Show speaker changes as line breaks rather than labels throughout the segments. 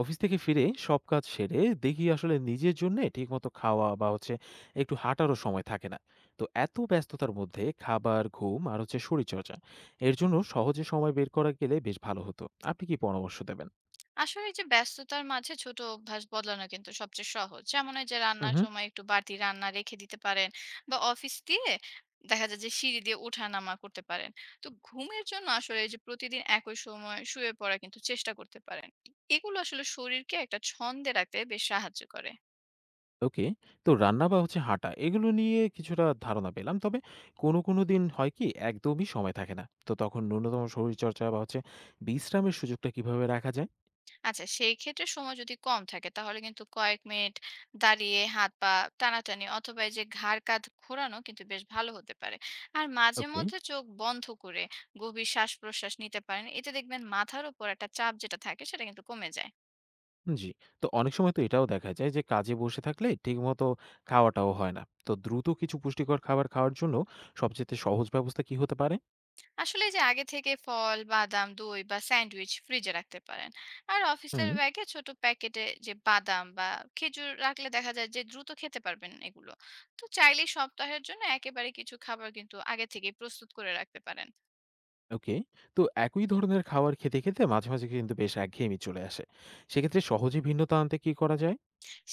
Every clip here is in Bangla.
অফিস থেকে ফিরে সব কাজ সেরে দেখি আসলে নিজের জন্য ঠিকমতো খাওয়া বা হচ্ছে একটু হাঁটারও সময় থাকে না। তো এত ব্যস্ততার মধ্যে খাবার, ঘুম আর শরীরচর্চা এর জন্য সহজে সময় বের করা গেলে বেশ ভালো হতো। আপনি কি পরামর্শ দেবেন?
আসলে এই যে ব্যস্ততার মাঝে ছোট অভ্যাস বদলানো কিন্তু সবচেয়ে সহজ, যেমন এই যে রান্নার
হুম।
সময় একটু বাড়তি রান্না রেখে দিতে পারেন, বা অফিস দিয়ে দেখা যায় যে সিঁড়ি দিয়ে ওঠা নামা করতে পারেন। তো ঘুমের জন্য আসলে এই যে প্রতিদিন একই সময় শুয়ে পড়া কিন্তু চেষ্টা করতে পারেন। এগুলো আসলে শরীরকে একটা ছন্দে রাখতে বেশ সাহায্য করে।
ওকে। তো রান্না বা হচ্ছে হাঁটা এগুলো নিয়ে কিছুটা ধারণা পেলাম, তবে কোনো কোনো দিন হয় কি একদমই সময় থাকে না। তো তখন ন্যূনতম শরীরচর্চা বা হচ্ছে বিশ্রামের সুযোগটা কিভাবে রাখা যায়?
আচ্ছা, সেই ক্ষেত্রে সময় যদি কম থাকে তাহলে কিন্তু কয়েক মিনিট দাঁড়িয়ে হাত পা টানাটানি অথবা এই যে ঘাড় কাঁধ ঘোরানো কিন্তু বেশ ভালো হতে পারে। আর মাঝে
ওকে।
মধ্যে চোখ বন্ধ করে গভীর শ্বাস প্রশ্বাস নিতে পারেন, এতে দেখবেন মাথার উপর একটা চাপ যেটা থাকে সেটা কিন্তু কমে যায়।
জি। তো অনেক সময় তো এটাও দেখা যায় যে কাজে বসে থাকলে ঠিকমতো খাওয়াটাও হয় না। তো দ্রুত কিছু পুষ্টিকর খাবার খাওয়ার জন্য সবচাইতে সহজ ব্যবস্থা কি হতে পারে?
আসলে এই যে আগে থেকে ফল বাদাম দই বা স্যান্ডউইচ ফ্রিজে রাখতে পারেন, আর অফিসের
হুম।
ব্যাগে ছোট প্যাকেটে যে বাদাম বা খেজুর রাখলে দেখা যায় যে দ্রুত খেতে পারবেন এগুলো। তো চাইলেই সপ্তাহের জন্য একেবারে কিছু খাবার কিন্তু আগে থেকে প্রস্তুত করে রাখতে পারেন।
ওকে। তো একই ধরনের খাবার খেতে খেতে মাঝে মাঝে কিন্তু বেশ একঘেয়েমি চলে আসে। সেক্ষেত্রে সহজে ভিন্নতা আনতে কি করা যায়?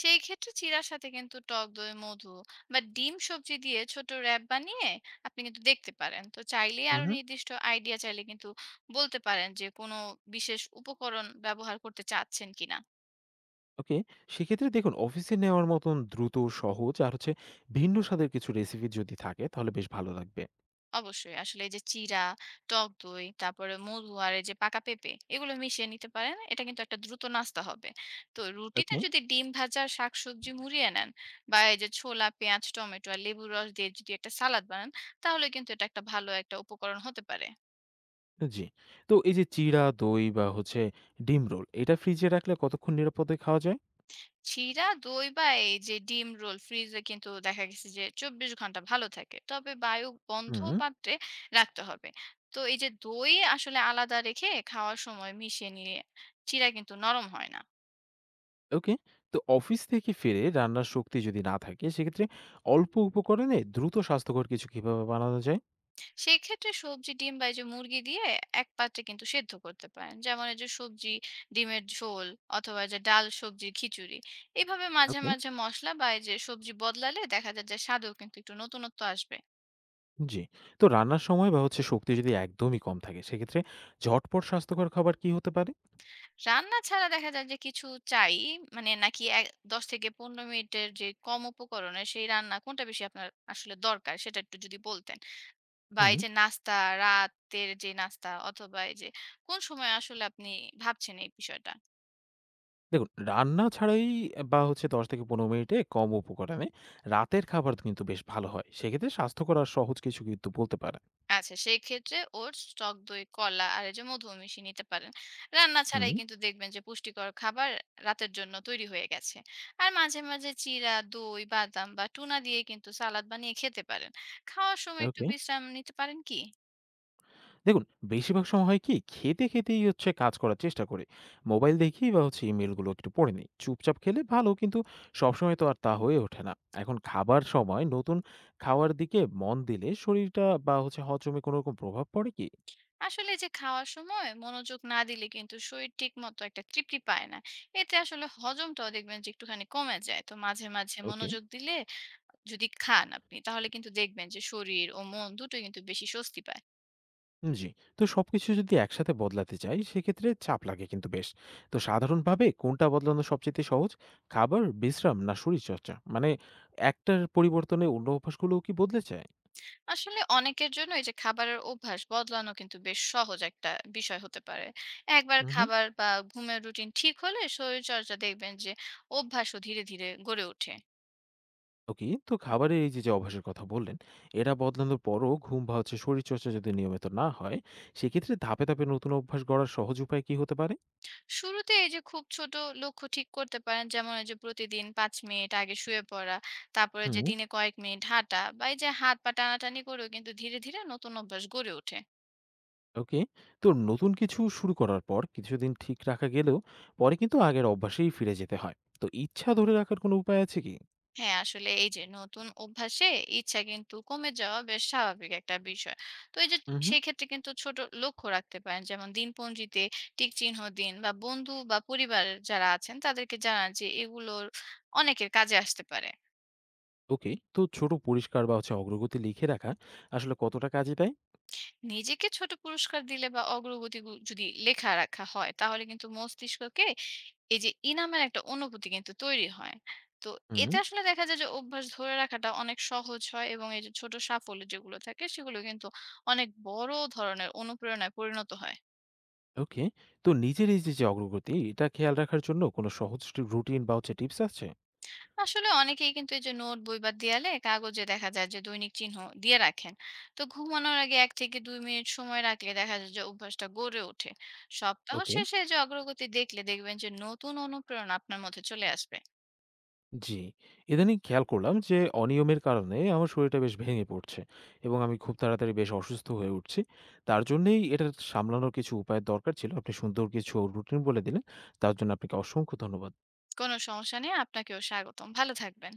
সেই ক্ষেত্রে চিড়ার সাথে কিন্তু টক দই মধু বা ডিম সবজি দিয়ে ছোট র্যাপ বানিয়ে আপনি কিন্তু দেখতে পারেন। তো চাইলেই
হু,
আরো
হুম।
নির্দিষ্ট আইডিয়া চাইলে কিন্তু বলতে পারেন যে কোনো বিশেষ উপকরণ ব্যবহার করতে চাচ্ছেন কিনা।
ওকে। সেক্ষেত্রে দেখুন, অফিসে নেওয়ার মতন দ্রুত, সহজ আর ভিন্ন স্বাদের কিছু রেসিপি যদি থাকে তাহলে বেশ ভালো লাগবে।
অবশ্যই। আসলে এই যে চিড়া, টক দই, তারপরে মধু আর এই যে পাকা পেঁপে এগুলো মিশিয়ে নিতে পারেন। এটা কিন্তু একটা দ্রুত নাস্তা হবে। তো রুটিতে
ওকে?
যদি ডিম ভাজা, শাকসবজি মুড়িয়ে নেন বা এই যে ছোলা, পেঁয়াজ, টমেটো আর লেবুর রস দিয়ে যদি একটা সালাদ বানান, তাহলে কিন্তু এটা একটা ভালো একটা উপকরণ হতে পারে।
জি। তো এই যে চিড়া, দই বা হচ্ছে ডিম রোল, এটা ফ্রিজে রাখলে কতক্ষণ নিরাপদে খাওয়া যায়?
চিড়া, দই বা এই যে ডিম রোল ফ্রিজে কিন্তু দেখা গেছে যে ২৪ ঘন্টা ভালো থাকে। তবে বায়ু বন্ধ
হুম।
পাত্রে রাখতে হবে। তো এই যে দই আসলে আলাদা রেখে খাওয়ার সময় মিশিয়ে নিয়ে চিড়া কিন্তু নরম হয় না।
ওকে। তো অফিস থেকে ফিরে রান্নার শক্তি যদি না থাকে, সেক্ষেত্রে অল্প উপকরণে দ্রুত স্বাস্থ্যকর কিছু কিভাবে বানানো যায়?
সেই ক্ষেত্রে সবজি, ডিম বা এই যে মুরগি দিয়ে এক পাত্রে কিন্তু সেদ্ধ করতে পারেন। যেমন এই যে সবজি, ডিমের ঝোল অথবা এই যে ডাল, সবজির খিচুড়ি। এভাবে মাঝে,
ওকে।
মাঝে মসলা বা এই যে সবজি বদলালে দেখা যায় যে স্বাদেও কিন্তু একটু নতুনত্ব আসবে।
জি। তো রান্নার সময় বা হচ্ছে শক্তি যদি একদমই কম থাকে, সেক্ষেত্রে ঝটপট স্বাস্থ্যকর খাবার কি হতে পারে?
রান্না ছাড়া দেখা যায় যে কিছু চাই, মানে নাকি ১০ থেকে ১৫ মিনিটের যে কম উপকরণে সেই রান্না কোনটা বেশি আপনার আসলে দরকার সেটা একটু যদি বলতেন? বা
হুম।
এই যে নাস্তা, রাতের যে নাস্তা অথবা এই যে কোন সময় আসলে আপনি ভাবছেন এই বিষয়টা?
দেখুন, রান্না ছাড়াই বা হচ্ছে ১০ থেকে ১৫ মিনিটে কম উপকরণে রাতের খাবার কিন্তু বেশ ভালো হয়। সেক্ষেত্রে স্বাস্থ্যকর আর সহজ কিছু কিন্তু বলতে পারেন।
আচ্ছা, সেই ক্ষেত্রে ওটস, টক দই, কলা আর এই যে মধু মিশিয়ে নিতে পারেন। রান্না ছাড়াই
হুম।
কিন্তু দেখবেন যে পুষ্টিকর খাবার রাতের জন্য তৈরি হয়ে গেছে। আর মাঝে, মাঝে চিড়া, দই, বাদাম বা টুনা দিয়ে কিন্তু সালাদ বানিয়ে খেতে পারেন। খাওয়ার সময় একটু
ওকে।
বিশ্রাম নিতে পারেন কি?
দেখুন, বেশিরভাগ সময় হয় কি, খেতে খেতেই কাজ করার চেষ্টা করি। মোবাইল দেখি বা হচ্ছে ইমেইলগুলো একটু পড়ে নিই। চুপচাপ খেলে ভালো, কিন্তু সবসময় তো আর তা হয়ে ওঠে না। এখন খাবার সময় নতুন খাওয়ার দিকে মন দিলে শরীরটা বা হচ্ছে হজমে কোনো রকম প্রভাব পড়ে কি?
আসলে যে খাওয়ার সময় মনোযোগ না দিলে কিন্তু শরীর ঠিক মতো একটা তৃপ্তি পায় না। এতে আসলে হজমটাও দেখবেন যে একটুখানি কমে যায়। তো মাঝে, মাঝে
ওকে।
মনোযোগ দিলে যদি খান আপনি তাহলে কিন্তু দেখবেন যে শরীর ও মন দুটোই কিন্তু বেশি স্বস্তি পায়।
জি। তো সবকিছু যদি একসাথে বদলাতে চাই, সেক্ষেত্রে চাপ লাগে কিন্তু বেশ। তো সাধারণভাবে কোনটা বদলানো সবচাইতে সহজ? খাবার, বিশ্রাম না শরীরচর্চা? মানে একটার পরিবর্তনে অন্য অভ্যাসগুলোও কি বদলে যায়?
আসলে অনেকের জন্য এই যে খাবারের অভ্যাস বদলানো কিন্তু বেশ সহজ একটা বিষয় হতে পারে। একবার
উহু।
খাবার বা ঘুমের রুটিন ঠিক হলে শরীর চর্চা দেখবেন যে অভ্যাসও ধীরে ধীরে গড়ে ওঠে।
ওকে। তো খাবারের এই যে যে অভ্যাসের কথা বললেন, এটা বদলানোর পরও ঘুম বা হচ্ছে শরীরচর্চা যদি নিয়মিত না হয়, সেক্ষেত্রে ধাপে ধাপে নতুন অভ্যাস গড়ার সহজ উপায় কি হতে পারে?
শুরুতে এই যে খুব ছোট লক্ষ্য ঠিক করতে পারেন, যেমন এই যে প্রতিদিন ৫ মিনিট আগে শুয়ে পড়া, তারপরে যে
হুম।
দিনে কয়েক মিনিট হাঁটা বা এই যে হাত পা টানাটানি করেও কিন্তু ধীরে ধীরে নতুন অভ্যাস গড়ে ওঠে।
ওকে। তো নতুন কিছু শুরু করার পর কিছুদিন ঠিক রাখা গেলেও পরে কিন্তু আগের অভ্যাসেই ফিরে যেতে হয়। তো ইচ্ছা ধরে রাখার কোনো উপায় আছে কি?
হ্যাঁ, আসলে এই যে নতুন অভ্যাসে ইচ্ছা কিন্তু কমে যাওয়া বেশ স্বাভাবিক একটা বিষয়। তো এই যে
হুম।
সেই ক্ষেত্রে কিন্তু ছোট লক্ষ্য রাখতে পারেন, যেমন দিনপঞ্জিতে টিক চিহ্ন দিন বা বন্ধু বা পরিবার যারা আছেন তাদেরকে জানান যে এগুলোর অনেকের কাজে আসতে পারে।
ওকে। তো ছোট পরিষ্কার বা হচ্ছে অগ্রগতি লিখে রাখা আসলে কতটা কাজে দেয়?
নিজেকে ছোট পুরস্কার দিলে বা অগ্রগতি যদি লেখা রাখা হয় তাহলে কিন্তু মস্তিষ্ককে এই যে ইনামের একটা অনুভূতি কিন্তু তৈরি হয়। তো
হুম।
এতে আসলে দেখা যায় যে অভ্যাস ধরে রাখাটা অনেক সহজ হয়, এবং এই যে ছোট সাফল্য যেগুলো থাকে সেগুলো কিন্তু অনেক বড় ধরনের অনুপ্রেরণায় পরিণত হয়।
ওকে। তো নিজের এই যে যে অগ্রগতি, এটা খেয়াল রাখার জন্য কোনো সহজ রুটিন বা হচ্ছে টিপস আছে?
আসলে অনেকেই কিন্তু এই যে নোট বই বা দেয়ালে কাগজে দেখা যায় যে দৈনিক চিহ্ন দিয়ে রাখেন। তো ঘুমানোর আগে ১ থেকে ২ মিনিট সময় রাখলে দেখা যায় যে অভ্যাসটা গড়ে ওঠে। সপ্তাহ
ওকে।
শেষে যে অগ্রগতি দেখলে দেখবেন যে নতুন অনুপ্রেরণা আপনার মধ্যে চলে আসবে।
জি। ইদানিং খেয়াল করলাম যে অনিয়মের কারণে আমার শরীরটা বেশ ভেঙে পড়ছে এবং আমি খুব তাড়াতাড়ি বেশ অসুস্থ হয়ে উঠছি। তার জন্যেই এটা সামলানোর কিছু উপায়ের দরকার ছিল। আপনি সুন্দর কিছু রুটিন বলে দিলেন। তার জন্য আপনাকে অসংখ্য ধন্যবাদ।
কোনো সমস্যা নেই, আপনাকেও স্বাগতম, ভালো থাকবেন।